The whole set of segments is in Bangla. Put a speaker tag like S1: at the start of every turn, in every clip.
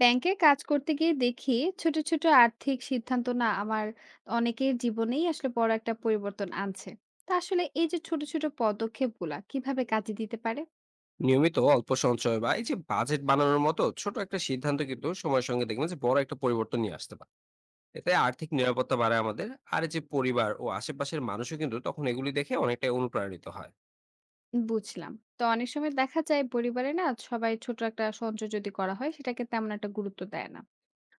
S1: ব্যাংকে কাজ করতে গিয়ে দেখি ছোট ছোট আর্থিক সিদ্ধান্ত না আমার অনেকের জীবনেই আসলে বড় একটা পরিবর্তন আনছে তা আসলে এই যে ছোট ছোট পদক্ষেপগুলা কিভাবে কাজে দিতে পারে।
S2: নিয়মিত অল্প সঞ্চয় বা এই যে বাজেট বানানোর মতো ছোট একটা সিদ্ধান্ত কিন্তু সময়ের সঙ্গে দেখবেন যে বড় একটা পরিবর্তন নিয়ে আসতে পারে। এতে আর্থিক নিরাপত্তা বাড়ে আমাদের। আর এই যে পরিবার ও আশেপাশের মানুষও কিন্তু তখন এগুলি দেখে অনেকটাই অনুপ্রাণিত হয়।
S1: বুঝলাম, তো অনেক সময় দেখা যায় পরিবারে না সবাই ছোট একটা সঞ্চয় যদি করা হয় সেটাকে তেমন একটা গুরুত্ব দেয় না।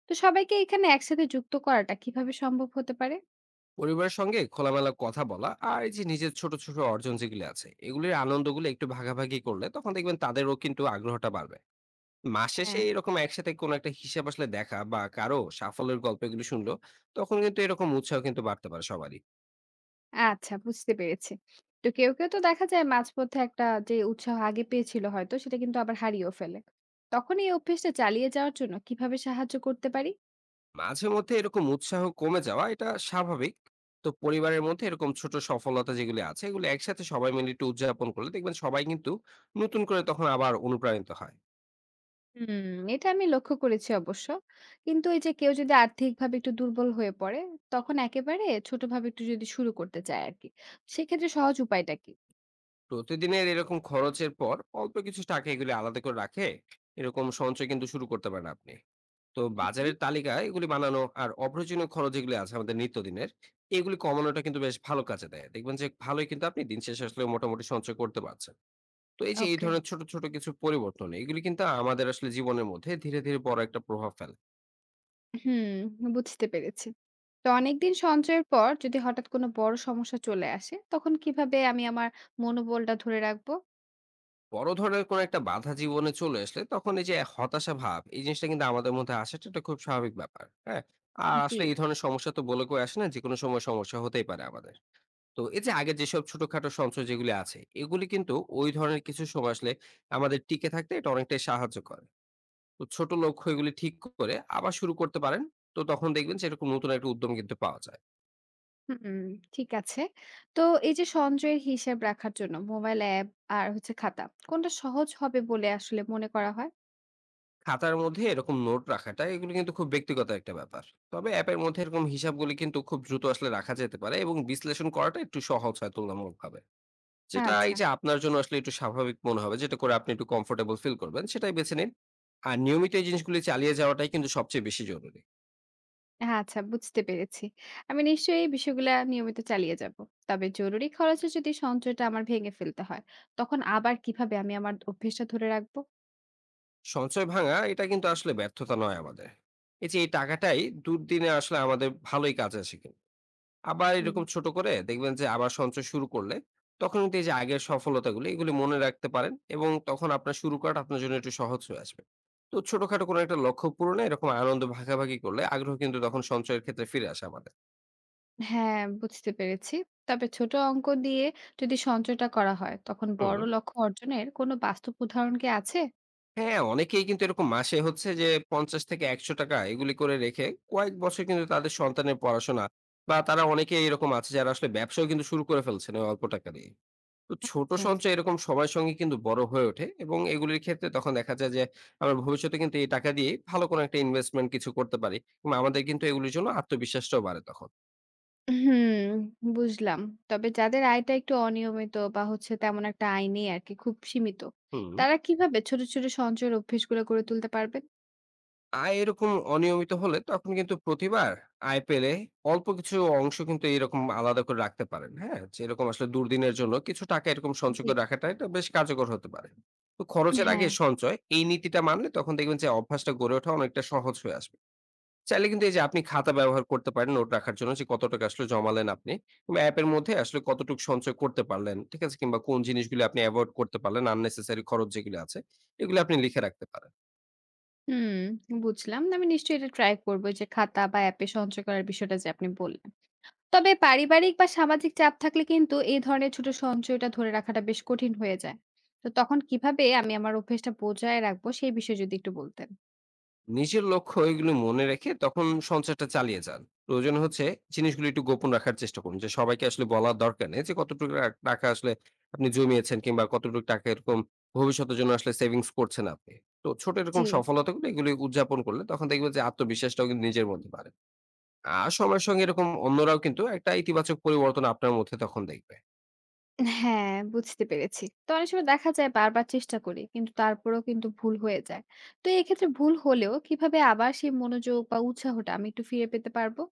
S1: তো সবাইকে এখানে একসাথে যুক্ত করাটা কিভাবে সম্ভব হতে পারে?
S2: পরিবারের সঙ্গে খোলামেলা কথা বলা আর এই যে নিজের ছোট ছোট অর্জন যেগুলি আছে এগুলির আনন্দগুলো একটু ভাগাভাগি করলে তখন দেখবেন তাদেরও কিন্তু আগ্রহটা বাড়বে। মাস শেষে
S1: হ্যাঁ,
S2: এরকম একসাথে কোনো একটা হিসাব আসলে দেখা বা কারো সাফল্যের গল্প এগুলি শুনলো তখন কিন্তু এরকম উৎসাহ কিন্তু বাড়তে পারে সবারই।
S1: আচ্ছা, বুঝতে পেরেছি। তো কেউ কেউ তো দেখা যায় মাঝপথে একটা যে উৎসাহ আগে পেয়েছিল হয়তো সেটা কিন্তু আবার হারিয়েও ফেলে। তখন এই অভ্যাসটা চালিয়ে যাওয়ার জন্য কিভাবে সাহায্য করতে পারি?
S2: মাঝে মধ্যে এরকম উৎসাহ কমে যাওয়া এটা স্বাভাবিক। তো পরিবারের মধ্যে এরকম ছোট সফলতা যেগুলি আছে এগুলো একসাথে সবাই মিলে একটু উদযাপন করলে দেখবেন সবাই কিন্তু নতুন করে তখন আবার অনুপ্রাণিত হয়।
S1: হুম, এটা আমি লক্ষ্য করেছি অবশ্য। কিন্তু এই যে কেউ যদি আর্থিকভাবে একটু দুর্বল হয়ে পড়ে, তখন একেবারে ছোটভাবে একটু যদি শুরু করতে চায় আরকি। সেক্ষেত্রে সহজ উপায়টা কি?
S2: প্রতিদিনের এরকম খরচের পর অল্প কিছু টাকা এগুলি আলাদা করে রাখে, এরকম সঞ্চয় কিন্তু শুরু করতে পারেন আপনি। তো
S1: হুম।
S2: বাজারের তালিকা এগুলি বানানো আর অপ্রয়োজনীয় খরচ যেগুলি আছে আমাদের নিত্যদিনের, এগুলি কমানোটা কিন্তু বেশ ভালো কাজে দেয়। দেখবেন যে ভালোই কিন্তু আপনি দিন শেষে আসলে মোটামুটি সঞ্চয় করতে পারছেন। তো এই যে এই
S1: ওকে।
S2: ধরনের ছোট ছোট কিছু পরিবর্তন এগুলি কিন্তু আমাদের আসলে জীবনের মধ্যে ধীরে ধীরে বড় একটা প্রভাব ফেলে।
S1: হুম, বুঝতে পেরেছি। তো অনেকদিন সঞ্চয়ের পর যদি হঠাৎ কোনো বড় সমস্যা চলে আসে, তখন কিভাবে আমি আমার মনোবলটা ধরে রাখবো?
S2: বড় ধরনের কোনো একটা বাধা জীবনে চলে আসলে তখন এই যে হতাশা ভাব এই জিনিসটা কিন্তু আমাদের মধ্যে আসাটা এটা খুব স্বাভাবিক ব্যাপার, হ্যাঁ। আর
S1: জি।
S2: আসলে এই ধরনের সমস্যা তো বলে কেউ আসে না, যে কোনো সময় সমস্যা হতেই পারে আমাদের। তো এই যে আগে যেসব ছোটখাটো সঞ্চয় যেগুলি আছে এগুলি কিন্তু ওই ধরনের কিছু সময় আসলে আমাদের টিকে থাকতে এটা অনেকটাই সাহায্য করে। তো ছোট লক্ষ্য এগুলি ঠিক করে আবার শুরু করতে পারেন। তো তখন দেখবেন যে এরকম নতুন একটা উদ্যম কিন্তু পাওয়া যায়।
S1: হুম, ঠিক আছে। তো এই যে সঞ্চয়ের হিসাব রাখার জন্য মোবাইল অ্যাপ আর হচ্ছে খাতা, কোনটা সহজ হবে বলে আসলে মনে করা হয়?
S2: খাতার মধ্যে এরকম নোট রাখাটা এগুলো কিন্তু খুব ব্যক্তিগত একটা ব্যাপার। তবে অ্যাপের মধ্যে এরকম হিসাবগুলি কিন্তু খুব দ্রুত আসলে রাখা যেতে পারে এবং বিশ্লেষণ করাটা একটু সহজ হয় তুলনামূলক ভাবে।
S1: হ্যাঁ,
S2: যেটা এই
S1: আচ্ছা।
S2: যে আপনার জন্য আসলে একটু স্বাভাবিক মনে হবে, যেটা করে আপনি একটু কমফোর্টেবল ফিল করবেন, সেটাই বেছে নিন। আর নিয়মিত এই জিনিসগুলি চালিয়ে যাওয়াটাই কিন্তু সবচেয়ে বেশি জরুরি।
S1: হ্যাঁ, আচ্ছা, বুঝতে পেরেছি। আমি নিশ্চয়ই এই বিষয়গুলা নিয়মিত চালিয়ে যাব। তবে জরুরি খরচে যদি সঞ্চয়টা আমার ভেঙে ফেলতে হয়, তখন আবার কিভাবে আমি আমার অভ্যেসটা ধরে রাখবো?
S2: সঞ্চয় ভাঙা এটা কিন্তু আসলে ব্যর্থতা নয় আমাদের। এই যে এই টাকাটাই দুর্দিনে আসলে আমাদের ভালোই কাজে আসে কিন্তু। আবার
S1: হুম।
S2: এরকম ছোট করে দেখবেন যে আবার সঞ্চয় শুরু করলে তখন কিন্তু এই যে আগের সফলতাগুলো এগুলি মনে রাখতে পারেন, এবং তখন আপনার শুরু করাটা আপনার জন্য একটু সহজ হয়ে আসবে। তো ছোটখাটো কোনো একটা লক্ষ্য পূরণে এরকম আনন্দ ভাগাভাগি করলে আগ্রহ কিন্তু তখন সঞ্চয়ের ক্ষেত্রে ফিরে আসে আমাদের।
S1: হ্যাঁ, বুঝতে পেরেছি। তবে ছোট অঙ্ক দিয়ে যদি সঞ্চয়টা করা হয়, তখন
S2: হুম।
S1: বড় লক্ষ্য অর্জনের কোনো বাস্তব উদাহরণ কি আছে?
S2: হ্যাঁ, অনেকেই কিন্তু এরকম মাসে হচ্ছে যে 50 থেকে 100 টাকা এগুলি করে রেখে কয়েক বছর কিন্তু তাদের সন্তানের পড়াশোনা, বা তারা অনেকেই এরকম আছে যারা আসলে ব্যবসাও কিন্তু শুরু করে ফেলছেন ওই অল্প টাকা দিয়ে। তো ছোট
S1: আচ্ছা।
S2: সঞ্চয় এরকম সবার সঙ্গে কিন্তু বড় হয়ে ওঠে এবং এগুলির ক্ষেত্রে তখন দেখা যায় যে আমরা ভবিষ্যতে কিন্তু এই টাকা দিয়ে ভালো কোনো একটা ইনভেস্টমেন্ট কিছু করতে পারি, এবং আমাদের কিন্তু এগুলির জন্য আত্মবিশ্বাসটাও বাড়ে তখন।
S1: হুম, বুঝলাম। তবে যাদের আয়টা একটু অনিয়মিত বা হচ্ছে তেমন একটা আয় নেই আরকি, খুব সীমিত।
S2: হুম।
S1: তারা কিভাবে ছোট ছোট সঞ্চয়ের অভ্যেসগুলো গড়ে তুলতে পারবেন?
S2: আয় এরকম অনিয়মিত হলে তখন কিন্তু প্রতিবার আয় পেলে অল্প কিছু অংশ কিন্তু এরকম আলাদা করে রাখতে পারেন, হ্যাঁ। যেরকম আসলে দুর্দিনের জন্য কিছু টাকা এরকম সঞ্চয়
S1: জি।
S2: করে রাখাটা এটা বেশ কার্যকর হতে পারে। তো খরচের আগে
S1: হ্যাঁ।
S2: সঞ্চয়, এই নীতিটা মানলে তখন দেখবেন যে অভ্যাসটা গড়ে ওঠা অনেকটা সহজ হয়ে আসবে। চাইলে কিন্তু এই যে আপনি খাতা ব্যবহার করতে পারেন নোট রাখার জন্য, যে কত টাকা আসলে জমালেন আপনি, কিংবা অ্যাপের মধ্যে আসলে কতটুকু সঞ্চয় করতে পারলেন, ঠিক আছে, কিংবা কোন জিনিসগুলো আপনি অ্যাভয়েড করতে পারলেন, আননেসেসারি খরচ যেগুলো আছে এগুলো আপনি লিখে রাখতে পারেন।
S1: হুম, বুঝলাম। আমি নিশ্চয়ই এটা ট্রাই করব যে খাতা বা অ্যাপে সঞ্চয় করার বিষয়টা যে আপনি বললেন। তবে পারিবারিক বা সামাজিক চাপ থাকলে কিন্তু এই ধরনের ছোট সঞ্চয়টা ধরে রাখাটা বেশ কঠিন হয়ে যায়। তো তখন কিভাবে আমি আমার অভ্যেসটা বজায় রাখবো সেই বিষয়ে যদি একটু বলতেন।
S2: নিজের লক্ষ্য এগুলো মনে রেখে তখন সঞ্চয়টা চালিয়ে যান। প্রয়োজন হচ্ছে জিনিসগুলো একটু গোপন রাখার চেষ্টা করুন, যে সবাইকে আসলে বলার দরকার নেই যে কতটুকু টাকা আসলে আপনি জমিয়েছেন, কিংবা কতটুকু টাকা এরকম ভবিষ্যতের জন্য আসলে সেভিংস করছেন আপনি। তো ছোট এরকম
S1: জি।
S2: সফলতাগুলো এগুলো উদযাপন করলে তখন দেখবেন যে আত্মবিশ্বাসটাও কিন্তু নিজের মধ্যে বাড়ে। সময়ের সঙ্গে এরকম অন্যরাও কিন্তু একটা ইতিবাচক পরিবর্তন আপনার মধ্যে তখন দেখবে।
S1: হ্যাঁ, বুঝতে পেরেছি। তো অনেক সময় দেখা যায় বারবার চেষ্টা করি, কিন্তু তারপরেও কিন্তু ভুল হয়ে যায়। তো এক্ষেত্রে ভুল হলেও কিভাবে আবার সেই মনোযোগ বা উৎসাহটা আমি একটু ফিরে পেতে পারবো?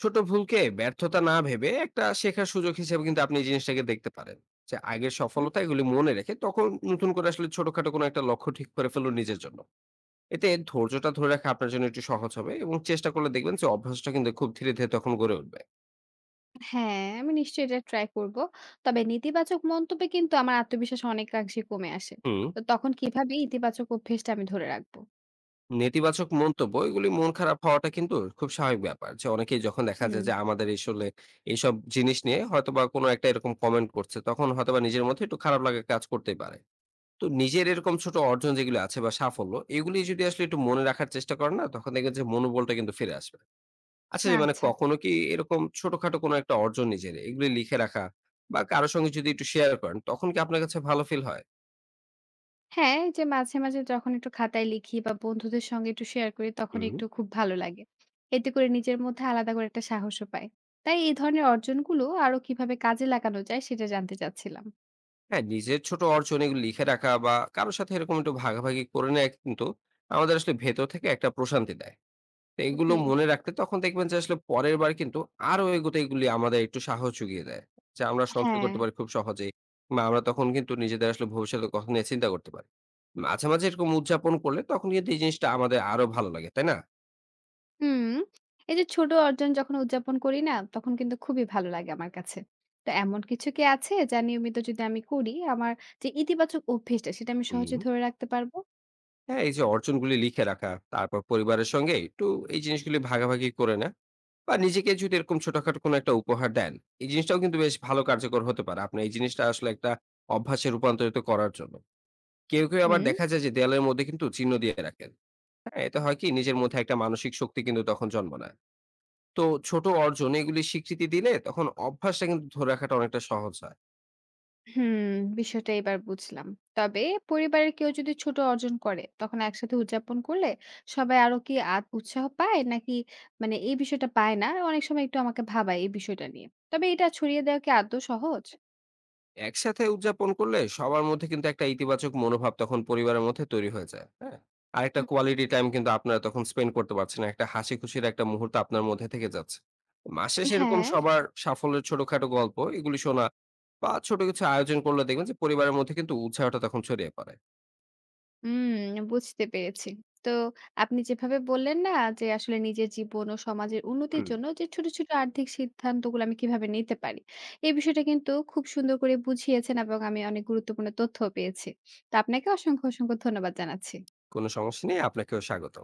S2: ছোট ভুলকে ব্যর্থতা না ভেবে একটা শেখার সুযোগ হিসেবে কিন্তু আপনি এই জিনিসটাকে দেখতে পারেন। যে আগের
S1: হুম।
S2: সফলতা এগুলি মনে রেখে তখন নতুন করে আসলে ছোটখাটো কোনো একটা লক্ষ্য ঠিক করে ফেলুন নিজের জন্য। এতে ধৈর্যটা ধরে রাখা আপনার জন্য একটু সহজ হবে এবং চেষ্টা করলে দেখবেন যে অভ্যাসটা কিন্তু খুব ধীরে, ধীরে তখন গড়ে উঠবে।
S1: হ্যাঁ, আমি নিশ্চয়ই এটা ট্রাই করব। তবে নেতিবাচক মন্তব্যে কিন্তু আমার আত্মবিশ্বাস অনেকাংশে কমে আসে।
S2: হুম।
S1: তো তখন কিভাবে ইতিবাচক অভ্যেসটা আমি ধরে রাখবো?
S2: নেতিবাচক মন্তব্য এগুলি মন খারাপ হওয়াটা কিন্তু খুব স্বাভাবিক ব্যাপার। যে অনেকেই যখন দেখা যায়
S1: হুম।
S2: যে আমাদের আসলে এইসব জিনিস নিয়ে হয়তোবা কোনো একটা এরকম কমেন্ট করছে, তখন হয়তোবা নিজের মধ্যে একটু খারাপ লাগা কাজ করতেই পারে। তো নিজের এরকম ছোট অর্জন যেগুলো আছে বা সাফল্য, এগুলি যদি আসলে একটু মনে রাখার চেষ্টা করেন না, তখন দেখবেন যে মনোবলটা কিন্তু ফিরে আসবে। আচ্ছা,
S1: না,
S2: যে মানে
S1: আচ্ছা।
S2: কখনো কি এরকম ছোটখাটো কোনো একটা অর্জন নিজের এগুলি লিখে রাখা বা কারো সঙ্গে যদি একটু শেয়ার করেন, তখন কি আপনার কাছে ভালো ফিল হয়?
S1: হ্যাঁ, এই যে মাঝে মাঝে যখন একটু খাতায় লিখি বা বন্ধুদের সঙ্গে একটু শেয়ার করি তখন
S2: হুম।
S1: একটু খুব ভালো লাগে। এতে করে নিজের মধ্যে আলাদা করে একটা সাহসও পাই। তাই এই ধরনের অর্জনগুলো আরো কিভাবে কাজে লাগানো যায় সেটা জানতে চাচ্ছিলাম।
S2: হ্যাঁ, নিজের ছোট অর্জন এগুলো লিখে রাখা বা কারো সাথে এরকম একটু ভাগাভাগি করে নেয়া কিন্তু আমাদের আসলে ভেতর থেকে একটা প্রশান্তি দেয়। তো এগুলো
S1: জি।
S2: মনে রাখতে তখন দেখবেন যে আসলে পরের বার কিন্তু আরো এগোতে এগুলি আমাদের একটু সাহস জুগিয়ে দেয়। যে আমরা সঞ্চয়
S1: হ্যাঁ।
S2: করতে পারি খুব সহজেই। বা আমরা তখন কিন্তু নিজেদের আসলে ভবিষ্যতের কথা নিয়ে চিন্তা করতে পারি। মাঝে, মাঝে এরকম উদযাপন করলে তখন কিন্তু এই জিনিসটা আমাদের আরো ভালো লাগে। তাই না?
S1: হুম। এই যে ছোট অর্জন যখন উদযাপন করি না তখন কিন্তু খুবই ভালো লাগে আমার কাছে। তো এমন কিছু কি আছে যা নিয়মিত যদি আমি করি আমার যে ইতিবাচক অভ্যেসটা সেটা আমি
S2: হুম।
S1: সহজে ধরে রাখতে পারবো?
S2: হ্যাঁ, এই যে অর্জনগুলি লিখে রাখা, তারপর পরিবারের সঙ্গে একটু এই জিনিসগুলি ভাগাভাগি করে নেয়া, বা নিজেকে যদি এরকম ছোটখাটো কোনো একটা উপহার দেন, এই জিনিসটাও কিন্তু বেশ ভালো কার্যকর হতে পারে আপনি এই জিনিসটা আসলে একটা অভ্যাসে রূপান্তরিত করার জন্য। কেউ, কেউ আবার
S1: হুম।
S2: দেখা যায় যে দেয়ালের মধ্যে কিন্তু চিহ্ন দিয়ে রাখেন। হ্যাঁ, এতে হয় কি, নিজের মধ্যে একটা মানসিক শক্তি কিন্তু তখন জন্ম নেয়। তো ছোট অর্জন এগুলি স্বীকৃতি দিলে তখন অভ্যাসটা কিন্তু ধরে রাখাটা অনেকটা সহজ হয়।
S1: হুম, বিষয়টা এবার বুঝলাম। তবে পরিবারের কেউ যদি ছোট অর্জন করে, তখন একসাথে উদযাপন করলে সবাই আরো কি আত উৎসাহ পায়? নাকি মানে এই বিষয়টা পায় না? অনেক সময় একটু আমাকে ভাবায় এই বিষয়টা নিয়ে। তবে এটা ছড়িয়ে দেওয়া কি আদৌ সহজ?
S2: একসাথে উদযাপন করলে সবার মধ্যে কিন্তু একটা ইতিবাচক মনোভাব তখন পরিবারের মধ্যে তৈরি হয়ে যায়, হ্যাঁ। আর একটা
S1: হুম।
S2: কোয়ালিটি টাইম কিন্তু আপনারা তখন স্পেন্ড করতে পারছেন, একটা হাসি খুশির একটা মুহূর্ত আপনার মধ্যে থেকে যাচ্ছে। মাসে সেরকম
S1: হ্যাঁ।
S2: সবার সাফল্যের ছোটখাটো গল্প এগুলি শোনা বা ছোট কিছু আয়োজন করলে দেখবেন যে পরিবারের মধ্যে কিন্তু উৎসাহটা তখন ছড়িয়ে পড়ে।
S1: হুম, বুঝতে পেরেছি। তো আপনি যেভাবে বললেন না যে আসলে নিজের জীবন ও সমাজের উন্নতির
S2: হুম।
S1: জন্য যে ছোট ছোট আর্থিক সিদ্ধান্তগুলো আমি কিভাবে নিতে পারি। এই বিষয়টা কিন্তু খুব সুন্দর করে বুঝিয়েছেন এবং আমি অনেক গুরুত্বপূর্ণ তথ্যও পেয়েছি। তো আপনাকে অসংখ্য ধন্যবাদ জানাচ্ছি।
S2: কোনো সমস্যা নেই, আপনাকেও স্বাগত।